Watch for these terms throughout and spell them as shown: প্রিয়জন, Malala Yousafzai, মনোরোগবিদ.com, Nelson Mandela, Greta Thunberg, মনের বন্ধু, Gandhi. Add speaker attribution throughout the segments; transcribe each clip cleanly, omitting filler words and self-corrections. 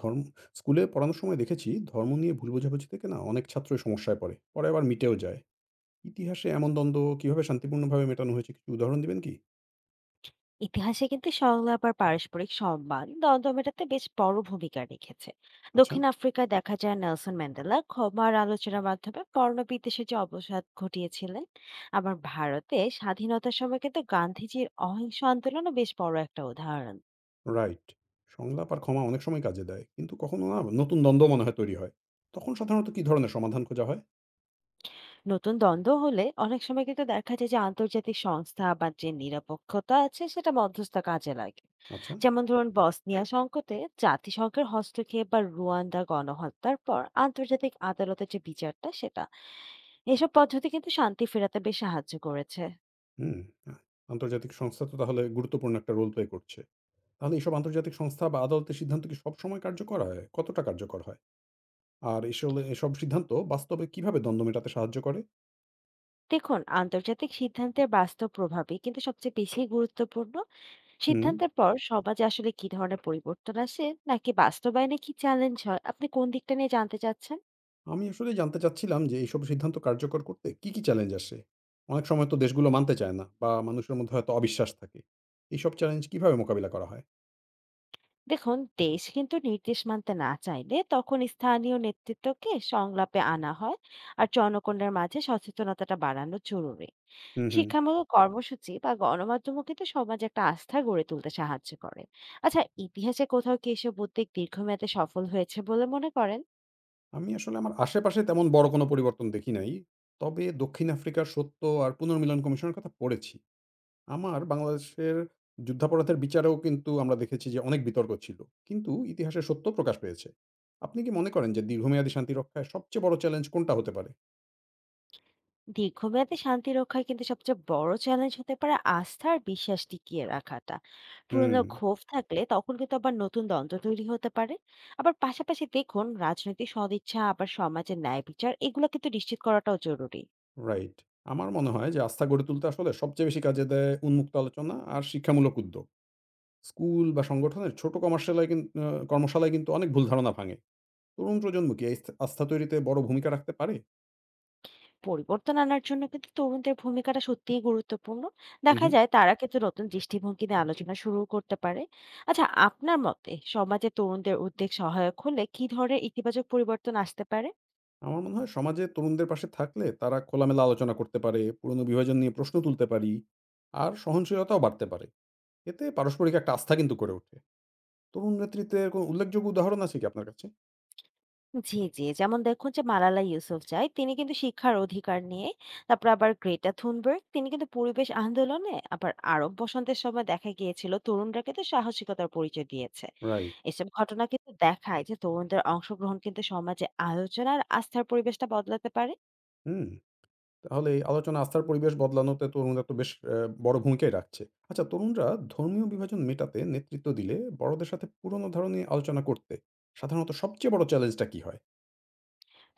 Speaker 1: ধর্ম স্কুলে পড়ানোর সময় দেখেছি ধর্ম নিয়ে ভুল বোঝাবুঝি থেকে না অনেক ছাত্রই সমস্যায় পড়ে, পরে আবার মিটেও যায়। ইতিহাসে এমন দ্বন্দ্ব কিভাবে শান্তিপূর্ণভাবে মেটানো হয়েছে, কিছু উদাহরণ দিবেন কি?
Speaker 2: ইতিহাসে কিন্তু সংলাপ আর পারস্পরিক সম্মান দ্বন্দ্ব মেটাতে বেশ বড় ভূমিকা রেখেছে।
Speaker 1: আচ্ছা।
Speaker 2: দক্ষিণ আফ্রিকায় দেখা যায় নেলসন ম্যান্ডেলা ক্ষমার আলোচনার মাধ্যমে বর্ণবিদ্বেষে যে অবসাদ ঘটিয়েছিলেন। আবার ভারতে স্বাধীনতার সময় কিন্তু গান্ধীজির অহিংস আন্দোলনও বেশ বড় একটা উদাহরণ।
Speaker 1: রাইট। সংলাপ আর ক্ষমা অনেক সময় কাজে দেয়, কিন্তু কখনো না নতুন দ্বন্দ্ব মনে হয় তৈরি হয়। তখন সাধারণত কি ধরনের সমাধান খোঁজা হয়?
Speaker 2: নতুন দ্বন্দ্ব হলে অনেক সময় কিন্তু দেখা যায় যে আন্তর্জাতিক সংস্থা বা যে নিরপেক্ষতা আছে সেটা মধ্যস্থ কাজে লাগে।
Speaker 1: আচ্ছা।
Speaker 2: যেমন ধরুন বসনিয়া সংকটে জাতিসংঘের হস্তক্ষেপ বা রুয়ান্ডা গণহত্যার পর আন্তর্জাতিক আদালতের যে বিচারটা সেটা, এসব পদ্ধতি কিন্তু শান্তি ফেরাতে বেশ সাহায্য করেছে।
Speaker 1: হুম। আহ, আন্তর্জাতিক সংস্থা তো তাহলে গুরুত্বপূর্ণ একটা রোল প্লে করছে। তাহলে এসব আন্তর্জাতিক সংস্থা বা আদালতের সিদ্ধান্ত কি সবসময় কার্যকর হয়, কতটা কার্যকর হয়? আর এসব এসব সিদ্ধান্ত বাস্তবে কিভাবে দ্বন্দ্ব মেটাতে সাহায্য করে?
Speaker 2: দেখুন, আন্তর্জাতিক সিদ্ধান্তের বাস্তব প্রভাবই কিন্তু সবচেয়ে বেশি গুরুত্বপূর্ণ।
Speaker 1: হুম।
Speaker 2: সিদ্ধান্তের পর সমাজে আসলে কি ধরনের পরিবর্তন আসে, নাকি বাস্তবায়নে কি চ্যালেঞ্জ হয়, আপনি কোন দিকটা নিয়ে জানতে চাচ্ছেন?
Speaker 1: আমি আসলে জানতে চাচ্ছিলাম যে এইসব সিদ্ধান্ত কার্যকর করতে কি চ্যালেঞ্জ আসে? অনেক সময় তো দেশগুলো মানতে চায় না, বা মানুষের মধ্যে হয়তো অবিশ্বাস থাকে। এইসব চ্যালেঞ্জ কিভাবে মোকাবিলা করা হয়?
Speaker 2: দেখুন, দেশ কিন্তু নির্দেশ মানতে না চাইলে তখন স্থানীয় নেতৃত্বকে সংলাপে আনা হয়। আর জনগণের মাঝে সচেতনতাটা বাড়ানো জরুরি।
Speaker 1: হুম, হুম।
Speaker 2: শিক্ষামূলক কর্মসূচি বা গণমাধ্যমও কিন্তু সমাজে একটা আস্থা গড়ে তুলতে সাহায্য করে। আচ্ছা, ইতিহাসে কোথাও কি এসব উদ্যোগ দীর্ঘমেয়াদে সফল হয়েছে বলে মনে করেন?
Speaker 1: আমি আসলে আমার আশেপাশে তেমন বড় কোনো পরিবর্তন দেখি নাই। তবে দক্ষিণ আফ্রিকার সত্য আর পুনর্মিলন কমিশনের কথা পড়েছি। আমার বাংলাদেশের যুদ্ধাপরাধের বিচারেও কিন্তু আমরা দেখেছি যে অনেক বিতর্ক ছিল। কিন্তু ইতিহাসে সত্য প্রকাশ পেয়েছে। আপনি কি মনে করেন যে দীর্ঘমেয়াদী শান্তি রক্ষায় সবচেয়ে বড় চ্যালেঞ্জ কোনটা হতে পারে?
Speaker 2: দীর্ঘমেয়াদে শান্তি রক্ষায় কিন্তু সবচেয়ে বড় চ্যালেঞ্জ হতে পারে আস্থা আর বিশ্বাস টিকিয়ে রাখাটা।
Speaker 1: হুম।
Speaker 2: পুরনো ক্ষোভ থাকলে তখন কিন্তু আবার নতুন দ্বন্দ্ব তৈরি হতে পারে। আবার পাশাপাশি দেখুন, রাজনৈতিক সদিচ্ছা, আবার সমাজের ন্যায় বিচার, এগুলো কিন্তু নিশ্চিত করাটাও জরুরি।
Speaker 1: রাইট। আমার মনে হয় যে আস্থা গড়ে তুলতে আসলে সবচেয়ে বেশি কাজে দেয় উন্মুক্ত আলোচনা আর শিক্ষামূলক উদ্যোগ। স্কুল বা সংগঠনের ছোট কমার্শালায় কিন আ কর্মশালায় কিন্তু অনেক ভুল ধারণা ভাঙে। তরুণ প্রজন্ম কি এই আস্থা আস্থা তৈরিতে বড় ভূমিকা রাখতে পারে?
Speaker 2: পরিবর্তন আনার জন্য কিন্তু তরুণদের ভূমিকাটা সত্যিই গুরুত্বপূর্ণ।
Speaker 1: হু,
Speaker 2: দেখা
Speaker 1: হু।
Speaker 2: যায় তারা কিন্তু নতুন দৃষ্টিভঙ্গি নিয়ে আলোচনা শুরু করতে পারে। আচ্ছা, আপনার মতে সমাজে তরুণদের উদ্যোগ সহায়ক হলে কি ধরনের ইতিবাচক পরিবর্তন আসতে পারে?
Speaker 1: আমার মনে হয় সমাজে তরুণদের পাশে থাকলে তারা খোলামেলা আলোচনা করতে পারে, পুরনো বিভাজন নিয়ে প্রশ্ন তুলতে পারি, আর সহনশীলতাও বাড়তে পারে। এতে পারস্পরিক একটা আস্থা কিন্তু গড়ে ওঠে। তরুণ নেতৃত্বের কোনো উল্লেখযোগ্য উদাহরণ আছে কি আপনার কাছে?
Speaker 2: জি, জি। যেমন দেখুন যে মালালা ইউসুফজাই তিনি কিন্তু শিক্ষার অধিকার নিয়ে, তারপর আবার গ্রেটা থুনবার্গ তিনি কিন্তু পরিবেশ আন্দোলনে, আবার আরব বসন্তের সময় দেখা গিয়েছিল তরুণরা কিন্তু সাহসিকতার পরিচয় দিয়েছে।
Speaker 1: রাইট।
Speaker 2: এসব ঘটনা কিন্তু দেখায় যে তরুণদের অংশগ্রহণ কিন্তু সমাজে আলোচনার আস্থার পরিবেশটা বদলাতে পারে।
Speaker 1: হুম। তাহলে এই আলোচনা আস্থার পরিবেশ বদলানোতে তরুণরা তো বেশ আ বড় ভূমিকাই রাখছে। আচ্ছা, তরুণরা ধর্মীয় বিভাজন মেটাতে নেতৃত্ব দিলে, বড়দের সাথে পুরনো ধারণা নিয়ে আলোচনা করতে সাধারণত সবচেয়ে বড় চ্যালেঞ্জটা কি হয়?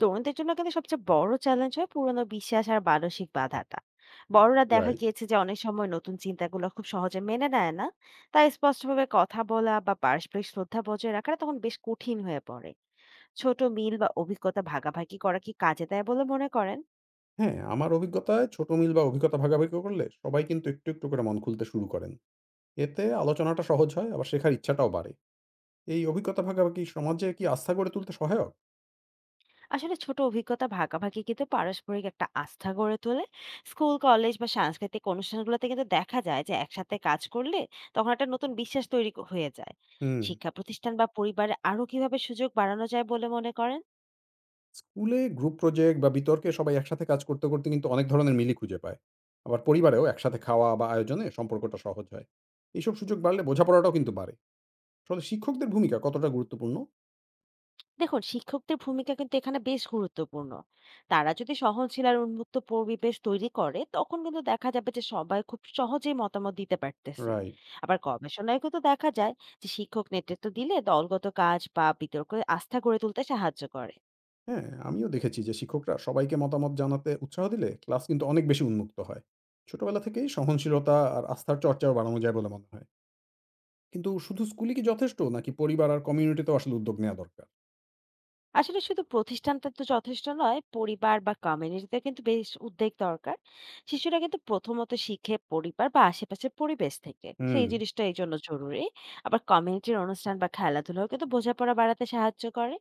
Speaker 2: তরুণদের জন্য কিন্তু সবচেয়ে বড় চ্যালেঞ্জ হয় পুরনো বিশ্বাস আর মানসিক বাধাটা। বড়রা দেখা
Speaker 1: রাইট।
Speaker 2: গিয়েছে যে অনেক সময় নতুন চিন্তাগুলো খুব সহজে মেনে নেয় না। তাই স্পষ্টভাবে কথা বলা বা পারস্পরিক শ্রদ্ধা বজায় রাখাটা তখন বেশ কঠিন হয়ে পড়ে। ছোট মিল বা অভিজ্ঞতা ভাগাভাগি করা কি কাজে দেয় বলে মনে করেন?
Speaker 1: হ্যাঁ, আমার অভিজ্ঞতায় ছোট মিল বা অভিজ্ঞতা ভাগাভাগি করলে সবাই কিন্তু একটু, একটু করে মন খুলতে শুরু করেন। এতে আলোচনাটা সহজ হয়, আবার শেখার ইচ্ছাটাও বাড়ে। এই অভিজ্ঞতা ভাগাভাগি সমাজে কি আস্থা গড়ে তুলতে সহায়ক?
Speaker 2: আসলে ছোট অভিজ্ঞতা ভাগাভাগি কিন্তু পারস্পরিক একটা আস্থা গড়ে তোলে। স্কুল, কলেজ বা সাংস্কৃতিক অনুষ্ঠানগুলোতে কিন্তু দেখা যায় যে একসাথে কাজ করলে তখন একটা নতুন বিশ্বাস তৈরি হয়ে যায়।
Speaker 1: হুম।
Speaker 2: শিক্ষা প্রতিষ্ঠান বা পরিবারে আরো কিভাবে সুযোগ বাড়ানো যায় বলে মনে করেন?
Speaker 1: স্কুলে গ্রুপ প্রজেক্ট বা বিতর্কে সবাই একসাথে কাজ করতে করতে কিন্তু অনেক ধরনের মিলই খুঁজে পায়। আবার পরিবারেও একসাথে খাওয়া বা আয়োজনে সম্পর্কটা সহজ হয়। এইসব সুযোগ বাড়লে বোঝাপড়াটাও কিন্তু বাড়ে। ফলে শিক্ষকদের ভূমিকা কতটা গুরুত্বপূর্ণ?
Speaker 2: দেখুন, শিক্ষকদের ভূমিকা কিন্তু এখানে বেশ গুরুত্বপূর্ণ। তারা যদি সহনশীল আর উন্মুক্ত পরিবেশ তৈরি করে তখন কিন্তু দেখা যাবে যে সবাই খুব সহজেই মতামত দিতে পারতেছে।
Speaker 1: রাইট।
Speaker 2: আবার গবেষণায় কিন্তু দেখা যায় যে শিক্ষক নেতৃত্ব দিলে দলগত কাজ বা বিতর্কে আস্থা গড়ে তুলতে সাহায্য করে।
Speaker 1: হ্যাঁ, আমিও দেখেছি যে শিক্ষকরা সবাইকে মতামত জানাতে উৎসাহ দিলে ক্লাস কিন্তু অনেক বেশি উন্মুক্ত হয়। ছোটবেলা থেকেই সহনশীলতা আর আস্থার চর্চাও বাড়ানো যায় বলে মনে হয়। কিন্তু শুধু স্কুলে কি যথেষ্ট, নাকি পরিবার আর কমিউনিটিতেও আসলে উদ্যোগ নেওয়া দরকার?
Speaker 2: আসলে শুধু প্রতিষ্ঠানটা তো যথেষ্ট নয়, পরিবার বা কমিউনিটিতে কিন্তু বেশ উদ্যোগ দরকার। শিশুরা কিন্তু প্রথমত শিখে পরিবার বা আশেপাশের পরিবেশ থেকে,
Speaker 1: হুম।
Speaker 2: সেই জিনিসটা এই জন্য জরুরি। আবার কমিউনিটির অনুষ্ঠান বা খেলাধুলাও কিন্তু বোঝাপড়া বাড়াতে সাহায্য করে।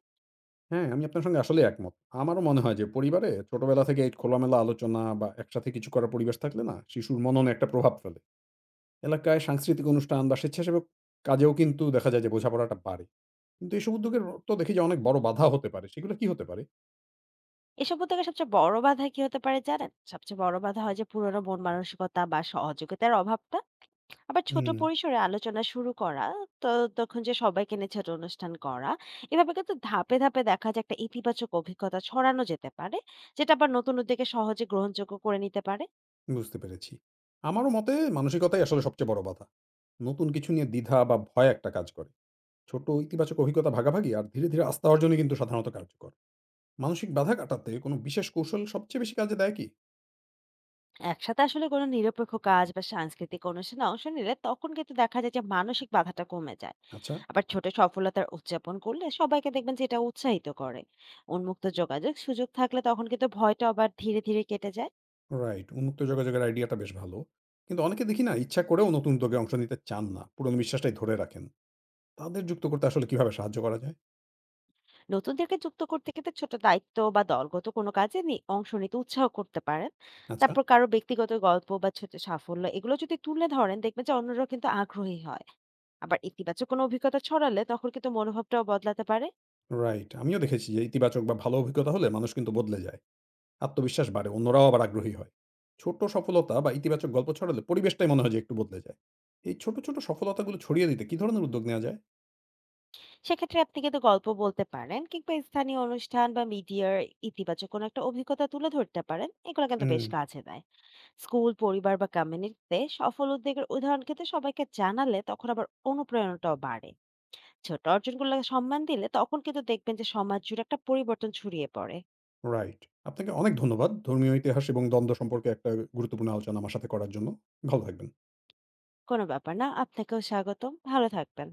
Speaker 1: হ্যাঁ, আমি আপনার সঙ্গে আসলেই একমত। আমারও মনে হয় যে পরিবারে ছোটবেলা থেকে এই খোলামেলা আলোচনা বা একসাথে কিছু করার পরিবেশ থাকলে না শিশুর মননে একটা প্রভাব ফেলে। এলাকায় সাংস্কৃতিক অনুষ্ঠান বা স্বেচ্ছাসেবক কাজেও কিন্তু দেখা যায় যে বোঝাপড়াটা বাড়ে। কিন্তু এইসব উদ্যোগের তো দেখি যে অনেক বড় বাধা হতে পারে। সেগুলো কি হতে পারে?
Speaker 2: এসব উদ্যোগে সবচেয়ে বড় বাধা কি হতে পারে জানেন? সবচেয়ে বড় বাধা হয় যে পুরনো মন মানসিকতা বা সহযোগিতার অভাবটা। আবার ছোট
Speaker 1: হুম।
Speaker 2: পরিসরে আলোচনা শুরু করা, তো তখন যে সবাইকে নিয়ে ছোট অনুষ্ঠান করা, এভাবে কিন্তু ধাপে ধাপে দেখা যায় একটা ইতিবাচক অভিজ্ঞতা ছড়ানো যেতে পারে, যেটা আবার নতুন উদ্যোগে সহজে গ্রহণযোগ্য করে নিতে পারে।
Speaker 1: বুঝতে পেরেছি। আমারও মতে মানসিকতাই আসলে সবচেয়ে বড় বাধা। নতুন কিছু নিয়ে দ্বিধা বা ভয় একটা কাজ করে। ছোট ইতিবাচক অভিজ্ঞতা ভাগাভাগি আর ধীরে, ধীরে আস্থা অর্জনই কিন্তু সাধারণত কার্যকর। মানসিক বাধা কাটাতে কোনো বিশেষ কৌশল সবচেয়ে বেশি কাজে দেয় কি?
Speaker 2: একসাথে আসলে কোনো নিরপেক্ষ কাজ বা সাংস্কৃতিক অনুষ্ঠানে অংশ নিলে তখন কিন্তু দেখা যায় যে মানসিক বাধাটা কমে যায়।
Speaker 1: আচ্ছা।
Speaker 2: আবার ছোট সফলতার উদযাপন করলে সবাইকে দেখবেন যে এটা উৎসাহিত করে। উন্মুক্ত যোগাযোগ সুযোগ থাকলে তখন কিন্তু ভয়টা আবার ধীরে ধীরে কেটে যায়।
Speaker 1: রাইট। উন্মুক্ত যোগাযোগের আইডিয়াটা বেশ ভালো। কিন্তু অনেকে দেখি না ইচ্ছা করেও নতুন উদ্যোগে অংশ নিতে চান না। পুরনো বিশ্বাসটাই ধরে রাখেন। তাদের যুক্ত করতে আসলে কিভাবে সাহায্য করা যায়?
Speaker 2: নতুনদেরকে যুক্ত করতে কিন্তু ছোট দায়িত্ব বা দলগত কোনো কাজে অংশ নিতে উৎসাহ করতে পারেন।
Speaker 1: আচ্ছা।
Speaker 2: তারপর কারো ব্যক্তিগত গল্প বা ছোট সাফল্য, এগুলো যদি তুলে ধরেন দেখবেন যে অন্যরা কিন্তু আগ্রহী হয়। আবার ইতিবাচক কোনো অভিজ্ঞতা ছড়ালে তখন কিন্তু মনোভাবটাও বদলাতে পারে।
Speaker 1: রাইট। আমিও দেখেছি যে ইতিবাচক বা ভালো অভিজ্ঞতা হলে মানুষ কিন্তু বদলে যায়। আত্মবিশ্বাস বাড়ে, অন্যরাও আবার আগ্রহী হয়। ছোট সফলতা বা ইতিবাচক গল্প ছড়ালে পরিবেশটাই মনে হয় যে একটু বদলে যায়। এই ছোট, ছোট সফলতাগুলো ছড়িয়ে দিতে কি ধরনের উদ্যোগ নেওয়া যায়?
Speaker 2: সেক্ষেত্রে আপনি কিন্তু গল্প বলতে পারেন, কিংবা স্থানীয় অনুষ্ঠান বা মিডিয়ার ইতিবাচক কোনো একটা অভিজ্ঞতা তুলে ধরতে পারেন, এগুলো কিন্তু
Speaker 1: হুম,
Speaker 2: বেশ কাজে দেয়। স্কুল, পরিবার বা কমিউনিটিতে সফল উদ্যোগের উদাহরণ কিন্তু সবাইকে জানালে তখন আবার অনুপ্রেরণাটাও বাড়ে। ছোট অর্জনগুলো সম্মান দিলে তখন কিন্তু দেখবেন যে সমাজ জুড়ে একটা পরিবর্তন ছড়িয়ে পড়ে।
Speaker 1: রাইট। আপনাকে অনেক ধন্যবাদ। ধর্মীয় ইতিহাস এবং দ্বন্দ্ব সম্পর্কে একটা গুরুত্বপূর্ণ আলোচনা আমার সাথে করার জন্য। ভালো থাকবেন।
Speaker 2: কোনো ব্যাপার না, আপনাকেও স্বাগতম। ভালো থাকবেন।